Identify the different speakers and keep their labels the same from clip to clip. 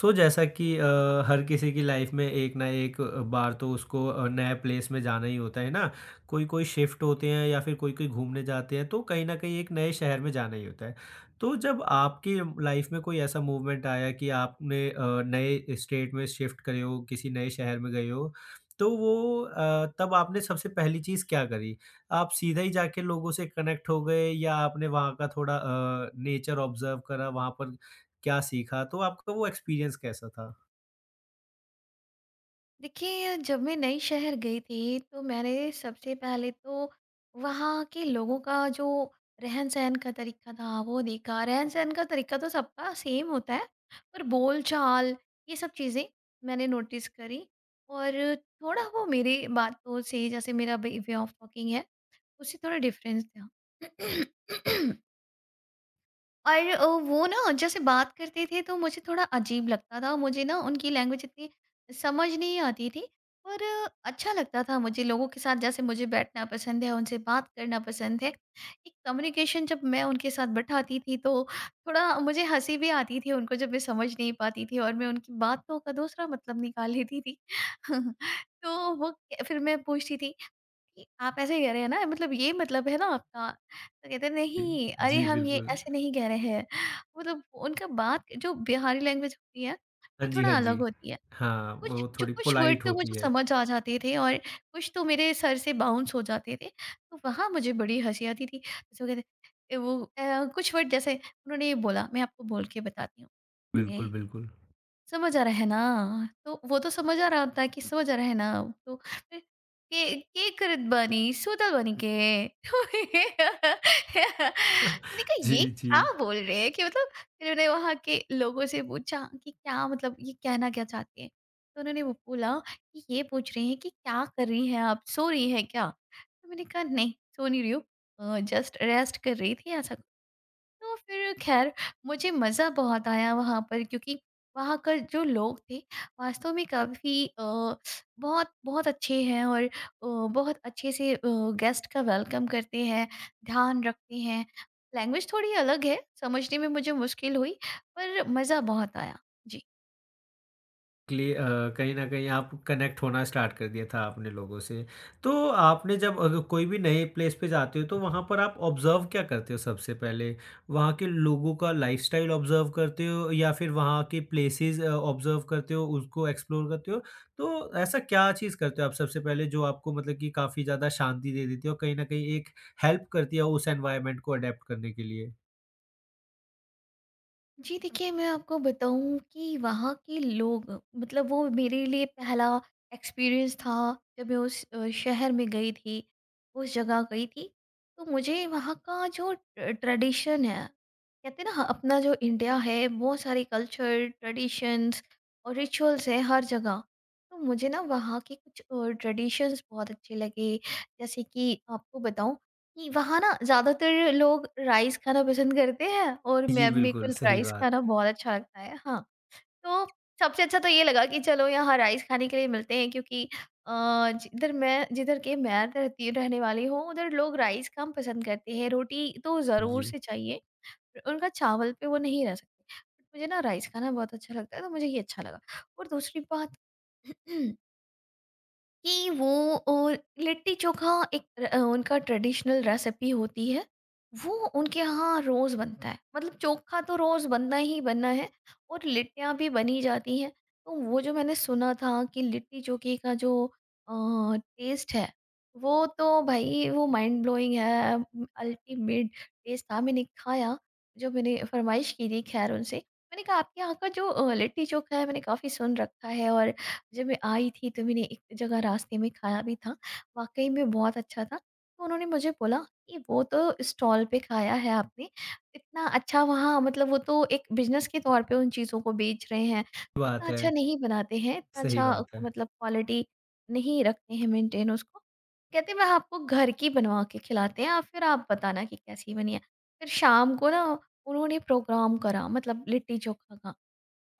Speaker 1: सो जैसा कि हर किसी की लाइफ में एक ना एक बार तो उसको नए प्लेस में जाना ही होता है ना। कोई कोई शिफ्ट होते हैं या फिर कोई कोई घूमने जाते हैं, तो कहीं ना कहीं एक नए शहर में जाना ही होता है। तो जब आपकी लाइफ में कोई ऐसा मूवमेंट आया कि आपने नए स्टेट में शिफ्ट करे हो, किसी नए शहर में गए हो, तो वो तब आपने सबसे पहली चीज़ क्या करी? आप सीधा ही जाके लोगों से कनेक्ट हो गए या आपने वहाँ का थोड़ा नेचर ऑब्जर्व करा? वहाँ पर क्या सीखा? तो आपका वो एक्सपीरियंस कैसा था?
Speaker 2: देखिए, जब मैं नई शहर गई थी तो मैंने सबसे पहले तो वहाँ के लोगों का जो रहन सहन का तरीका था वो देखा। रहन सहन का तरीका तो सबका सेम होता है, पर बोल चाल ये सब चीज़ें मैंने नोटिस करी। और थोड़ा वो, मेरे बातों से जैसे मेरा वे ऑफ टॉकिंग है उससे थोड़ा डिफरेंस था। और वो ना जैसे बात करते थे तो मुझे थोड़ा अजीब लगता था, मुझे ना उनकी लैंग्वेज इतनी समझ नहीं आती थी। पर अच्छा लगता था मुझे लोगों के साथ, जैसे मुझे बैठना पसंद है, उनसे बात करना पसंद है। एक कम्युनिकेशन जब मैं उनके साथ बैठाती थी तो थोड़ा मुझे हँसी भी आती थी, उनको जब मैं समझ नहीं पाती थी और मैं उनकी बातों का दूसरा मतलब निकाल लेती थी। तो वो, फिर मैं पूछती थी ये आप ऐसे ही कह रहे हैं ना, मतलब ये मतलब है ना आपका? तो कहते हैं,
Speaker 1: जी।
Speaker 2: "नहीं, अरे
Speaker 1: जी,
Speaker 2: हम ये
Speaker 1: बिल्कुल।
Speaker 2: ऐसे नहीं कह रहे हैं।" मतलब, उनका बात जो बिहारी लैंग्वेज होती है,
Speaker 1: हाँ
Speaker 2: वो
Speaker 1: जी,
Speaker 2: थोड़ा
Speaker 1: हाँ
Speaker 2: अलग
Speaker 1: जी।
Speaker 2: होती है।
Speaker 1: हाँ,
Speaker 2: कुछ
Speaker 1: वो
Speaker 2: जो
Speaker 1: थोड़ी
Speaker 2: कुछ वर्ड
Speaker 1: पोलाइट
Speaker 2: तो
Speaker 1: होती
Speaker 2: मुझे
Speaker 1: है।
Speaker 2: समझ आ जाते थे और कुछ तो मेरे सर से बाउंस हो जाते थे, तो वहाँ मुझे बड़ी हँसी आती थी। जैसे वो कहते वो कुछ वर्ड, जैसे उन्होंने ये बोला, मैं आपको बोल के बताती हूँ,
Speaker 1: बिल्कुल,
Speaker 2: ए
Speaker 1: बिल्कुल।
Speaker 2: समझ आ रहा है ना, तो वो तो समझ आ रहा होता है कि समझ आ रहा है ना। तो फिर, के करत बानी सुतल बानी के। मैंने कहा
Speaker 1: जी,
Speaker 2: ये
Speaker 1: जी।
Speaker 2: क्या बोल रहे हैं, कि मतलब, फिर मैंने वहाँ के लोगों से पूछा कि क्या मतलब, ये कहना क्या चाहते हैं? तो उन्होंने वो बोला कि ये पूछ रहे हैं कि क्या कर रही हैं आप, सो रही हैं क्या? तो मैंने कहा नहीं, सो नहीं रही हूँ, जस्ट रेस्ट कर रही थी ऐसा। तो फिर ख़ैर, मुझे मज़ा बहुत आया वहाँ पर, क्योंकि वहाँ का जो लोग थे वास्तव में काफ़ी बहुत बहुत अच्छे हैं, और बहुत अच्छे से गेस्ट का वेलकम करते हैं, ध्यान रखते हैं। लैंग्वेज थोड़ी अलग है, समझने में मुझे मुश्किल हुई, पर मज़ा बहुत आया। जी।
Speaker 1: क्ले कहीं न कहीं आप कनेक्ट होना स्टार्ट कर दिया था आपने लोगों से। तो आपने जब अग कोई भी नए प्लेस पे जाते हो, तो वहाँ पर आप ऑब्ज़र्व क्या करते हो सबसे पहले? वहाँ के लोगों का लाइफ़स्टाइल ऑब्ज़र्व करते हो या फिर वहाँ के प्लेसेस ऑब्ज़र्व करते हो, उसको एक्सप्लोर करते हो? तो ऐसा क्या चीज़ करते हो आप सबसे पहले जो आपको मतलब कि काफ़ी ज़्यादा शांति दे देती है और कहीं न कहीं एक हेल्प करती है उस एनवायरनमेंट को अडैप्ट करने के लिए?
Speaker 2: जी, देखिए मैं आपको बताऊं कि वहाँ के लोग, मतलब वो मेरे लिए पहला एक्सपीरियंस था, जब मैं उस शहर में गई थी, उस जगह गई थी। तो मुझे वहाँ का जो ट्रेडिशन है, कहते हैं ना अपना जो इंडिया है, बहुत सारे कल्चर, ट्रेडिशंस और रिचुअल्स है हर जगह। तो मुझे ना वहाँ के कुछ ट्रेडिशंस बहुत अच्छे लगे। जैसे कि आपको बताऊं कि वहाँ ना ज़्यादातर लोग राइस खाना पसंद करते हैं, और
Speaker 1: जी,
Speaker 2: मैं, मेरे
Speaker 1: बिल्कुल
Speaker 2: को
Speaker 1: सही
Speaker 2: राइस
Speaker 1: बात
Speaker 2: खाना
Speaker 1: है।
Speaker 2: बहुत अच्छा लगता है। हाँ, तो सबसे अच्छा तो ये लगा कि चलो यहाँ राइस खाने के लिए मिलते हैं, क्योंकि अ, जिधर के मैं रहती रहने वाली हूँ, उधर लोग राइस कम पसंद करते हैं, रोटी तो ज़रूर
Speaker 1: जी,
Speaker 2: से चाहिए। उनका चावल पे वो नहीं रह सकते। बट मुझे ना राइस खाना बहुत अच्छा लगता है, तो मुझे ये अच्छा लगा। और दूसरी बात, कि वो लिट्टी चोखा, एक उनका ट्रेडिशनल रेसिपी होती है। वो उनके यहाँ रोज़ बनता है। मतलब चोखा तो रोज़ बनना ही बनना है, और लिट्टियाँ भी बनी जाती हैं। तो वो जो मैंने सुना था कि लिट्टी चोखे का जो अ, टेस्ट है, वो तो भई वो माइंड ब्लोइंग है, अल्टीमेट टेस्ट था। मैंने खाया, जो मैंने फरमाइश की थी खैर उनसे। मैंने कहा आपके यहाँ का जो लिट्टी चोखा है, मैंने काफ़ी सुन रखा है, और जब मैं आई थी तो मैंने एक जगह रास्ते में खाया भी था, वाक़ई में बहुत अच्छा था। तो उन्होंने मुझे बोला कि वो तो स्टॉल पे खाया है आपने, इतना अच्छा वहाँ, मतलब वो तो एक बिज़नेस के तौर पे उन चीज़ों को बेच रहे हैं, इतना
Speaker 1: बात है,
Speaker 2: अच्छा नहीं बनाते हैं, इतना
Speaker 1: सही
Speaker 2: अच्छा
Speaker 1: बात है।
Speaker 2: मतलब क्वालिटी नहीं रखते हैं मेंटेन उसको। कहते हैं, "मैं आपको घर की बनवा के खिलाते हैं, आप फिर आप बताना कि कैसी बनी है।" फिर शाम को ना उन्होंने प्रोग्राम करा मतलब लिट्टी-चोखा का।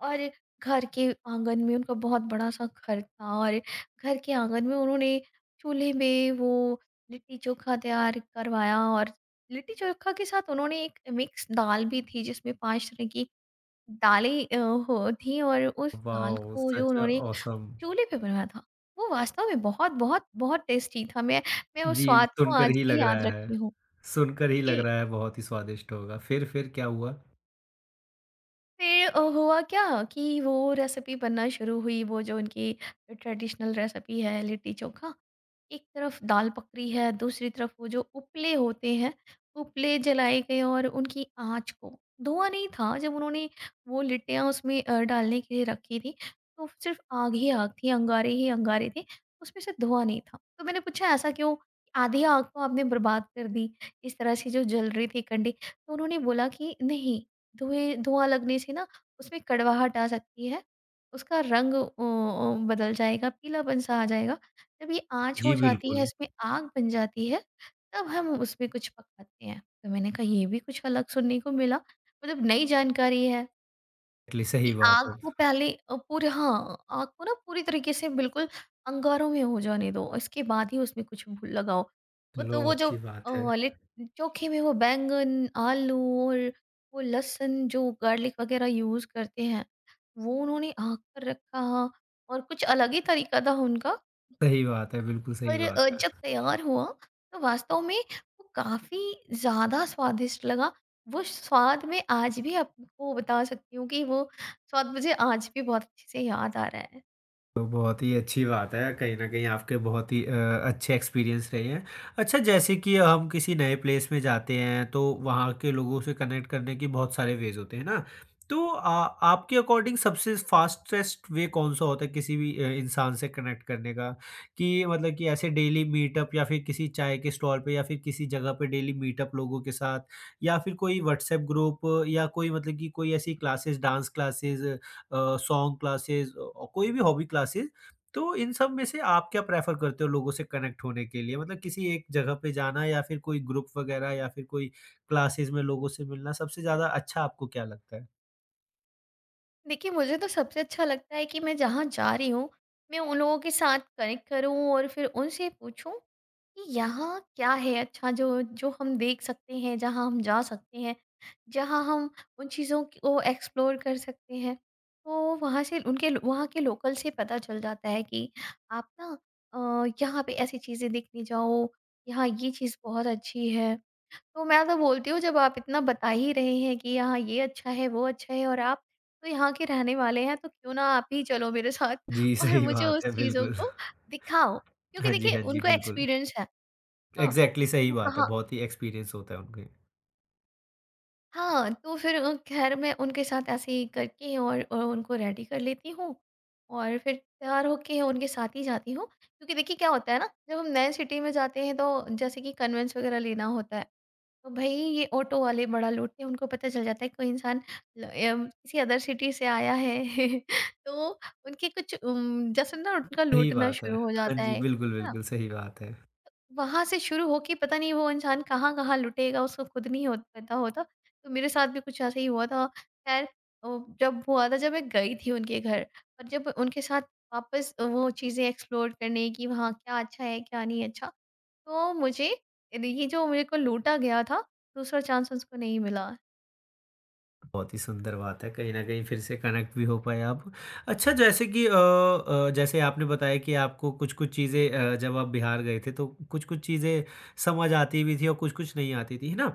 Speaker 2: और घर के आंगन में उनका बहुत बड़ा सा घर था, और घर के आंगन में उन्होंने चूल्हे में वो लिट्टी चोखा तैयार करवाया। और लिट्टी चोखा के साथ उन्होंने एक मिक्स दाल भी थी, जिसमें पांच तरह की दालें हो थी, और उस दाल
Speaker 1: वाओ!
Speaker 2: को जो
Speaker 1: सच
Speaker 2: उन्होंने
Speaker 1: ऑसम।
Speaker 2: चूल्हे पे बनाया था, वो वास्तव में बहुत बहुत बहुत टेस्टी था। मैं उस
Speaker 1: जी,
Speaker 2: स्वाद को
Speaker 1: सुनकर
Speaker 2: आज
Speaker 1: ही
Speaker 2: भी
Speaker 1: लग
Speaker 2: याद
Speaker 1: रहा है।
Speaker 2: रखी हूँ।
Speaker 1: सुनकर ही लग
Speaker 2: जी,
Speaker 1: रहा है बहुत ही स्वादिष्ट होगा। फिर क्या हुआ?
Speaker 2: फिर हुआ क्या कि वो रेसिपी बनना शुरू हुई, वो जो उनकी ट्रेडिशनल रेसिपी है, लिट्टी चोखा। एक तरफ दाल पकड़ी है, दूसरी तरफ वो जो उपले होते हैं, उपले जलाए गए और उनकी आँच को, धुआँ नहीं था जब उन्होंने वो लिट्टियाँ उसमें डालने के लिए रखी थी, तो सिर्फ़ आग ही आग थी, अंगारे ही अंगारे थे, उसमें से धुआँ नहीं था। तो मैंने पूछा ऐसा क्यों? आधी आग को आपने बर्बाद कर दी, इस तरह से जो जल रही थी कंडे। तो उन्होंने बोला कि नहीं, धुएँ, धुआँ लगने से ना उसमें कड़वाहट आ सकती है। उसका रंग बदल जाएगा, पीलापन-सा आ जाएगा। जब ये आँच हो
Speaker 1: जी,
Speaker 2: जाती है,
Speaker 1: बिल्कुल।
Speaker 2: इसमें आग बन जाती है, तब हम उसमें कुछ पकाते हैं। तो मैंने कहा ये भी कुछ अलग सुनने को मिला, मतलब नई जानकारी है।
Speaker 1: एक्चुअली सही
Speaker 2: कि
Speaker 1: बात
Speaker 2: आग
Speaker 1: है।
Speaker 2: को पहले पूरे हाँ, आग को ना पूरी तरीके से बिल्कुल अंगारों में हो जाने दो, और इसके बाद ही उसमें कुछ भू लगाओ। वो
Speaker 1: चलो
Speaker 2: तो, वो जो
Speaker 1: अच्छी बात है।
Speaker 2: वाले चोखे में वो बैंगन, आलू और वो लहसुन जो गार्लिक वग़ैरह यूज़ करते हैं, वो उन्होंने आग पर रखा, और कुछ अलग ही तरीका था उनका।
Speaker 1: सही बात है, बिल्कुल सही
Speaker 2: पर
Speaker 1: बात
Speaker 2: जब
Speaker 1: है।
Speaker 2: तैयार हुआ तो वास्तव में वो काफ़ी ज़्यादा स्वादिष्ट लगा। वो स्वाद मैं आज भी आपको बता सकती हूँ कि वो स्वाद मुझे आज भी बहुत अच्छे से याद आ रहा है।
Speaker 1: तो बहुत ही अच्छी बात है, कहीं न कहीं आपके बहुत ही अच्छे एक्सपीरियंस रहे हैं। अच्छा, जैसे कि हम किसी नए प्लेस में जाते हैं तो वहाँ के लोगों से कनेक्ट करने के बहुत सारे वेज़ होते हैं ना? तो आपके अकॉर्डिंग सबसे फ़ास्टेस्ट वे कौन-सा होता है किसी भी इंसान से कनेक्ट करने का? कि मतलब कि ऐसे डेली मीटअप या फिर किसी चाय के स्टॉल पे या फिर किसी जगह पे डेली मीटअप लोगों के साथ, या फिर कोई व्हाट्सएप ग्रुप या कोई मतलब कि कोई ऐसी classes, dance classes, song classes औ कोई भी हॉबी क्लासेस, तो इन सब में से आप क्या प्रेफ़र करते हो लोगों से कनेक्ट होने के लिए? मतलब किसी एक जगह पे जाना या फिर कोई ग्रुप वगैरह या फिर कोई क्लासेस में लोगों से मिलना, सबसे ज़्यादा अच्छा आपको क्या लगता है?
Speaker 2: देखिए, मुझे तो सबसे अच्छा लगता है कि मैं जहाँ जा रही हूँ, मैं उन लोगों के साथ कनेक्ट करूँ और फिर उनसे पूछूँ कि यहाँ क्या है अच्छा, जो जो हम देख सकते हैं, जहाँ हम जा सकते हैं, जहाँ हम उन चीज़ों को एक्सप्लोर कर सकते हैं। तो वहाँ से उनके वहाँ के लोकल से पता चल जाता है कि आप ना यहाँ पे ऐसी चीज़ें देखने जाओ, यहाँ ये चीज़ बहुत अच्छी है। तो मैं तो बोलती हूँ जब आप इतना बता ही रहे हैं कि यहाँ ये अच्छा है, वो अच्छा है, और आप तो यहाँ के रहने वाले हैं, तो क्यों ना आप ही चलो मेरे साथ
Speaker 1: जी,
Speaker 2: और
Speaker 1: सही
Speaker 2: मुझे उस
Speaker 1: बात है,
Speaker 2: चीज़ों
Speaker 1: बिल्कुल।
Speaker 2: को दिखाओ। क्योंकि
Speaker 1: हाँ जी,
Speaker 2: देखिए
Speaker 1: हाँ जी,
Speaker 2: उनको
Speaker 1: बिल्कुल।
Speaker 2: एक्सपीरियंस है। हाँ,
Speaker 1: एग्ज़ैक्टली
Speaker 2: तो
Speaker 1: सही
Speaker 2: वो
Speaker 1: बात है,
Speaker 2: कहाँ,
Speaker 1: बहुत ही एक्सपीरियंस होता है उनके।
Speaker 2: हाँ, तो फिर ख़ैर मैं उनके साथ ऐसे ही करके, और उनको रेडी कर लेती हूँ, और फिर तैयार होके उनके साथ ही जाती हूँ। क्योंकि देखिए क्या होता है ना, जब हम नए सिटी में जाते हैं तो जैसे कि कन्वेंस वग़ैरह लेना होता है। तो भाई ये ऑटो वाले बड़ा लूटते हैं, उनको पता चल जाता है कोई इंसान ल- किसी अदर सिटी से आया है। तो उनके कुछ जैसे ना उनका
Speaker 1: सही
Speaker 2: लूटना
Speaker 1: बात है।
Speaker 2: शुरू हो
Speaker 1: हाँ
Speaker 2: जाता
Speaker 1: जी,
Speaker 2: है
Speaker 1: बिल्कुल,
Speaker 2: है ना,
Speaker 1: बिल्कुल, सही बात है।
Speaker 2: वहां से शुरू होके पता नहीं वो इंसान कहाँ कहाँ लुटेगा, उसको खुद नहीं हो पता होता। तो मेरे साथ भी कुछ ऐसा ही हुआ था, खैर, अ, जब हुआ था, जब मैं गई थी उनके घर, और जब उनके साथ वापस वो चीज़ें एक्सप्लोर करने की, वहाँ क्या अच्छा है क्या नहीं अच्छा, तो मुझे, ये जो मेरे को लूटा गया था, दूसरा चांस उसको नहीं मिला।
Speaker 1: बहुत ही सुंदर बात है, कहीं न कहीं फिर से कनेक्ट भी हो पाए आप। अच्छा जैसे कि जैसे आपने बताया कि आपको कुछ-कुछ चीज़ें जब आप बिहार गए थे, तो कुछ-कुछ चीज़ें समझ आती भी थी और कुछ-कुछ नहीं आती थी, है ना?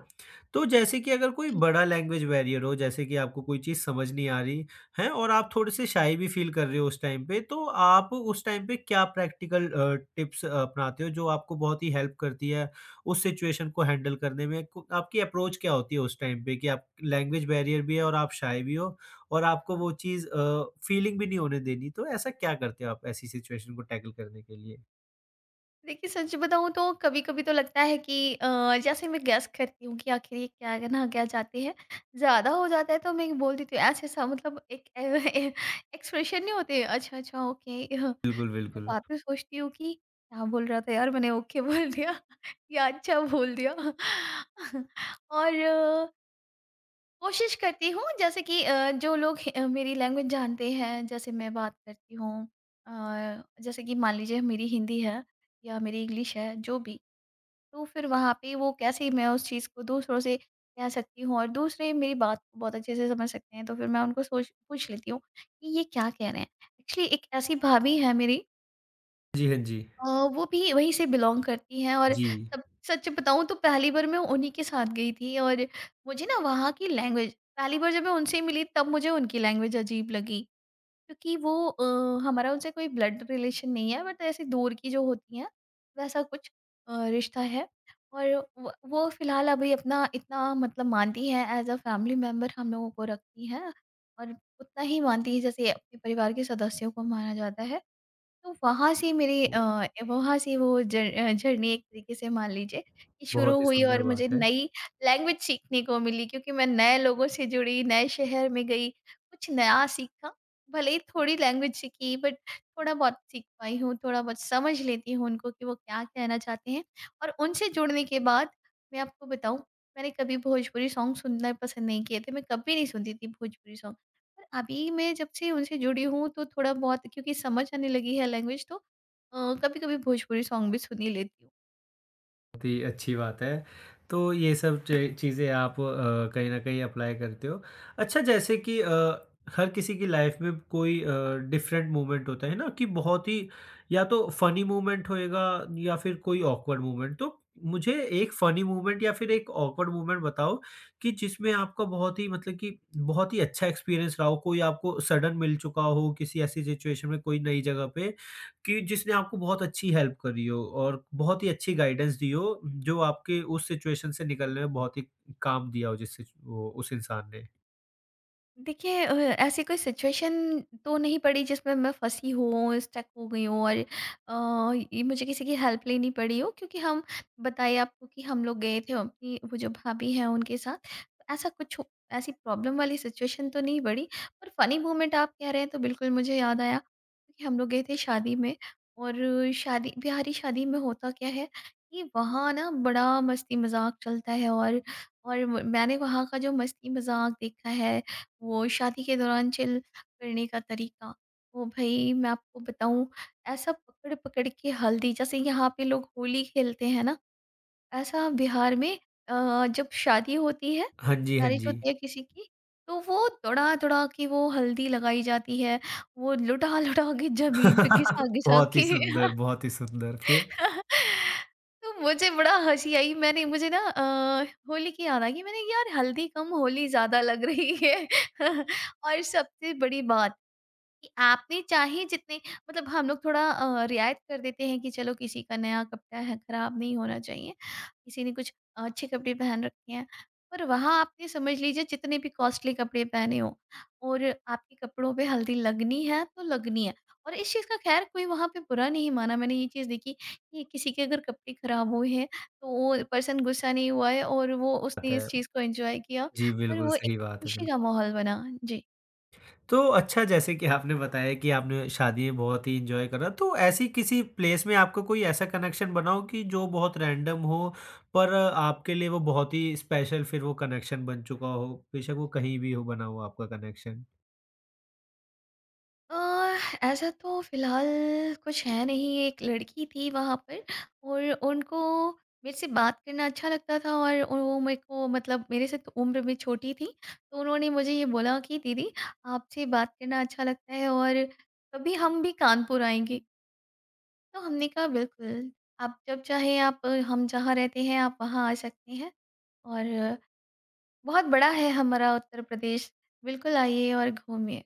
Speaker 1: तो जैसे कि अगर कोई बड़ा लैंग्वेज बैरियर हो, जैसे कि आपको कोई चीज़ समझ नहीं आ रही है और आप थोड़े-से शाय भी फ़ील कर रहे हो उस टाइम पे, तो आप उस टाइम पे क्या प्रैक्टिकल टिप्स अपनाते हो जो आपको बहुत ही हेल्प करती है उस सिचुएशन को हैंडल करने में? को आपकी अप्रोच क्या होती है उस टाइम पे, कि आप लैंग्वेज बैरियर भी है और आप शाय भी हो और आपको वो चीज़ फीलिंग भी नहीं होने देनी, तो ऐसा क्या करते हो आप ऐसी सिचुएशन को टैकल करने के लिए?
Speaker 2: देखिए, सच बताऊँ तो कभी-कभी तो लगता है कि जैसे मैं गेस करती हूँ कि आखिर ये क्या ना क्या चाहते हैं, ज़्यादा हो जाता है तो मैं बोल देती हूँ ऐसा-ऐसा, मतलब एक ए एक्सप्रेशन नहीं होते, अच्छा, अच्छा, ओके। फिर
Speaker 1: बिल्कुल, बिल्कुल।
Speaker 2: बाद में सोचती हूँ कि क्या बोल रहा था यार, मैंने ओके बोल दिया या अच्छा बोल दिया। और कोशिश करती हूँ, जैसे कि जो लोग मेरी लैंग्वेज जानते हैं जैसे मैं बात करती हूँ, जैसे कि मान लीजिए मेरी हिंदी है या मेरी इंग्लिश है जो भी, तो फिर वहाँ पे वो कैसे मैं उस चीज़ को दूसरों से कह सकती हूँ, और दूसरे मेरी बात को बहुत अच्छे से समझ सकते हैं, तो फिर मैं उनको सोच पूछ लेती हूँ कि ये क्या कह रहे हैं। एक्चुअली एक ऐसी भाभी है मेरी,
Speaker 1: हाँ जी, हाँ जी।
Speaker 2: अ, वो भी वहीं से बिलॉन्ग करती हैं, और
Speaker 1: जी,
Speaker 2: सब, सच बताऊँ तो पहली बार मैं उन्हीं के साथ गई थी, और मुझे ना वहाँ की लैंग्वेज, पहली बार जब मैं उनसे मिली तब मुझे उनकी लैंग्वेज अजीब लगी, क्योंकि वो हमारा उनसे कोई ब्लड रिलेशन नहीं है, बट ऐसे दूर की जो होती हैं वैसा कुछ रिश्ता है, और वो फिलहाल अभी अपना इतना मतलब मानती हैं, एज अ फैमिली मेम्बर हम लोगों को रखती हैं, और उतना ही मानती है जैसे अपने परिवार के सदस्यों को माना जाता है। तो वहाँ से मेरी वहाँ से वो जर्नी एक तरीके से मान लीजिए कि शुरू
Speaker 1: बहुत ही
Speaker 2: हुई
Speaker 1: सुंदर
Speaker 2: और मुझे
Speaker 1: बात है।
Speaker 2: नई लैंग्वेज सीखने को मिली क्योंकि मैं नए लोगों से जुड़ी, नए शहर में गई, कुछ नया सीखा। भले ही थोड़ी लैंग्वेज सीखी बट थोड़ा बहुत सीख पाई हूँ, थोड़ा बहुत समझ लेती हूँ उनको कि वो क्या कहना चाहते हैं। और उनसे जुड़ने के बाद मैं आपको बताऊँ, मैंने कभी भोजपुरी सॉन्ग सुनना पसंद नहीं किए थे, मैं कभी नहीं सुनती थी भोजपुरी सॉन्ग। पर अभी मैं जब से उनसे जुड़ी हूँ तो थोड़ा बहुत क्योंकि समझ आने लगी है लैंग्वेज, तो कभी-कभी भोजपुरी सॉन्ग भी सुन ही लेती हूँ।
Speaker 1: बहुत ही अच्छी बात है। तो ये सब च चीज़ें आप कहीं न कहीं अप्लाई करते हो। अच्छा जैसे कि हर किसी की लाइफ़ में कोई डिफरेंट मोमेंट होता है ना, कि बहुत ही या तो फ़नी मोमेंट होएगा या फिर कोई ऑकवर्ड मोमेंट। तो मुझे एक फ़नी मोमेंट या फिर एक ऑकवर्ड मोमेंट बताओ, कि जिसमें आपका बहुत ही मतलब कि बहुत ही अच्छा एक्सपीरियंस रहा हो, कोई आपको सडन मिल चुका हो किसी ऐसी सिचुएशन में, कोई नई जगह पे, कि जिसने आपको बहुत अच्छी हेल्प करी हो और बहुत ही अच्छी गाइडेंस दी हो, जो आपके उस सिचुएशन से निकलने में बहुत ही काम दिया हो, जिस सिच वो उस इंसान ने।
Speaker 2: देखिए, ऐसी कोई सिचुएशन तो नहीं पड़ी जिसमें मैं फंसी हूँ, स्टक हो गई हूँ और ये मुझे किसी की हेल्प लेनी पड़ी हो। क्योंकि हम बताइए आपको कि हम लोग गए थे अपनी वो जो भाभी हैं उनके साथ, तो ऐसा कुछ हो, ऐसी प्रॉब्लम वाली सिचुएशन तो नहीं पड़ी। पर फ़नी मोमेंट आप कह रहे हैं तो बिल्कुल मुझे याद आया कि हम लोग गए थे शादी में। और शादी बिहारी शादी में होता क्या है कि वहाँ ना बड़ा मस्ती मज़ाक चलता है। और मैंने वहाँ का जो मस्ती मज़ाक देखा है, वो शादी के दौरान चिल करने का तरीका, वो भई मैं आपको बताऊँ, ऐसा पकड़-पकड़ के हल्दी, जैसे यहाँ पे लोग होली खेलते हैं ना, ऐसा बिहार में जब शादी होती है,
Speaker 1: हाँ जी, हाँ
Speaker 2: मैरिज
Speaker 1: जी।
Speaker 2: होती है किसी की, तो वो दौड़ा-दौड़ा के वो हल्दी लगाई जाती है, वो लुटा-लुटा के ज़मीन पे घिसा-घिसा
Speaker 1: बहुत ही
Speaker 2: के
Speaker 1: सुंदर, बहुत ही सुंदर। फिर?
Speaker 2: तो मुझे बड़ा हँसी आई, मैंने मुझे ना होली की याद आ गई, मैंने यार हल्दी कम होली ज़्यादा लग रही है। और सबसे बड़ी बात कि आपने चाहे जितने, मतलब हम लोग थोड़ा रियायत कर देते हैं कि चलो किसी का नया कपड़ा है खराब नहीं होना चाहिए, किसी ने कुछ अच्छे कपड़े पहन रखे हैं। पर वहाँ आपने समझ लीजिए जितने भी कॉस्टली कपड़े पहने हो और आपके कपड़ों पे हल्दी लगनी है तो लगनी है। और इस चीज़ का खैर कोई वहाँ पे बुरा नहीं माना। मैंने ये चीज़ देखी कि किसी के अगर कपड़े खराब हुए हैं तो वो पर्सन गुस्सा नहीं हुआ है और वो
Speaker 1: बात
Speaker 2: उसने
Speaker 1: है।
Speaker 2: इस चीज़ को एंजॉय किया।
Speaker 1: जी,
Speaker 2: और
Speaker 1: बिल्कुल
Speaker 2: वो एक
Speaker 1: सही बात है,
Speaker 2: खुशी का
Speaker 1: बिल्कुल।
Speaker 2: माहौल बना जी।
Speaker 1: तो अच्छा, जैसे कि आपने बताया कि आपने शादी में बहुत ही एंजॉय करा, तो ऐसी किसी प्लेस में आपका कोई ऐसा कनेक्शन बना हो कि जो बहुत रैंडम हो, पर आपके लिए वो बहुत ही स्पेशल फिर वो कनेक्शन बन चुका हो? बेशक वो कहीं भी हो, बना हो आपका कनेक्शन।
Speaker 2: अ, ऐसा तो फ़िलहाल कुछ है नहीं, एक लड़की थी वहाँ पर और उनको मेरे से बात करना अच्छा लगता था, और वो मेरे को, मतलब मेरे से तो उम्र में छोटी थी, तो उन्होंने मुझे ये बोला कि दीदी, आपसे बात करना अच्छा लगता है और कभी हम भी कानपुर आएँगे। तो हमने कहा बिल्कुल, आप जब चाहे, आप हम जहाँ रहते हैं आप वहाँ आ सकते हैं। और बहुत बड़ा है हमारा उत्तर प्रदेश, बिल्कुल आइए और घूमिए।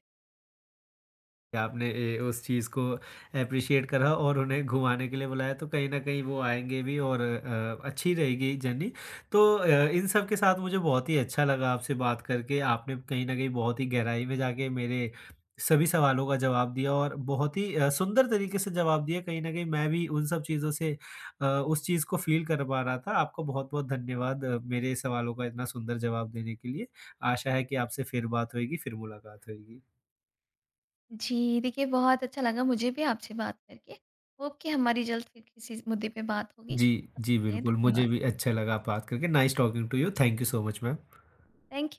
Speaker 1: आपने ए, उस चीज़ को एप्रिशिएट करा और उन्हें घुमाने के लिए बुलाया, तो कहीं न कहीं वो आएँगे भी और अच्छी रहेगी जर्नी। तो इन सब के साथ मुझे बहुत ही अच्छा लगा आपसे बात करके। आपने कहीं न कहीं बहुत ही गहराई में जाके मेरे सभी सवालों का जवाब दिया और बहुत ही सुंदर तरीके से जवाब दिया। कहीं न कहीं मैं भी उन सब चीज़ों से उस चीज़ को फ़ील कर पा रहा था। आपको बहुत-बहुत धन्यवाद मेरे सवालों का इतना सुंदर जवाब देने के लिए। आशा है कि आपसे फिर बात होएगी, फिर मुलाकात होएगी।
Speaker 2: जी, देखिए बहुत अच्छा लगा मुझे भी आपसे बात करके। होप कि हमारी जल्द फिर किसी मुद्दे पे बात होगी।
Speaker 1: जी।
Speaker 2: तब तक
Speaker 1: जी,
Speaker 2: के लिए
Speaker 1: बिल्कुल, मुझे
Speaker 2: धन्यवाद।
Speaker 1: भी अच्छा लगा बात करके, nice talking to you, thank you so much ma'am.
Speaker 2: Thank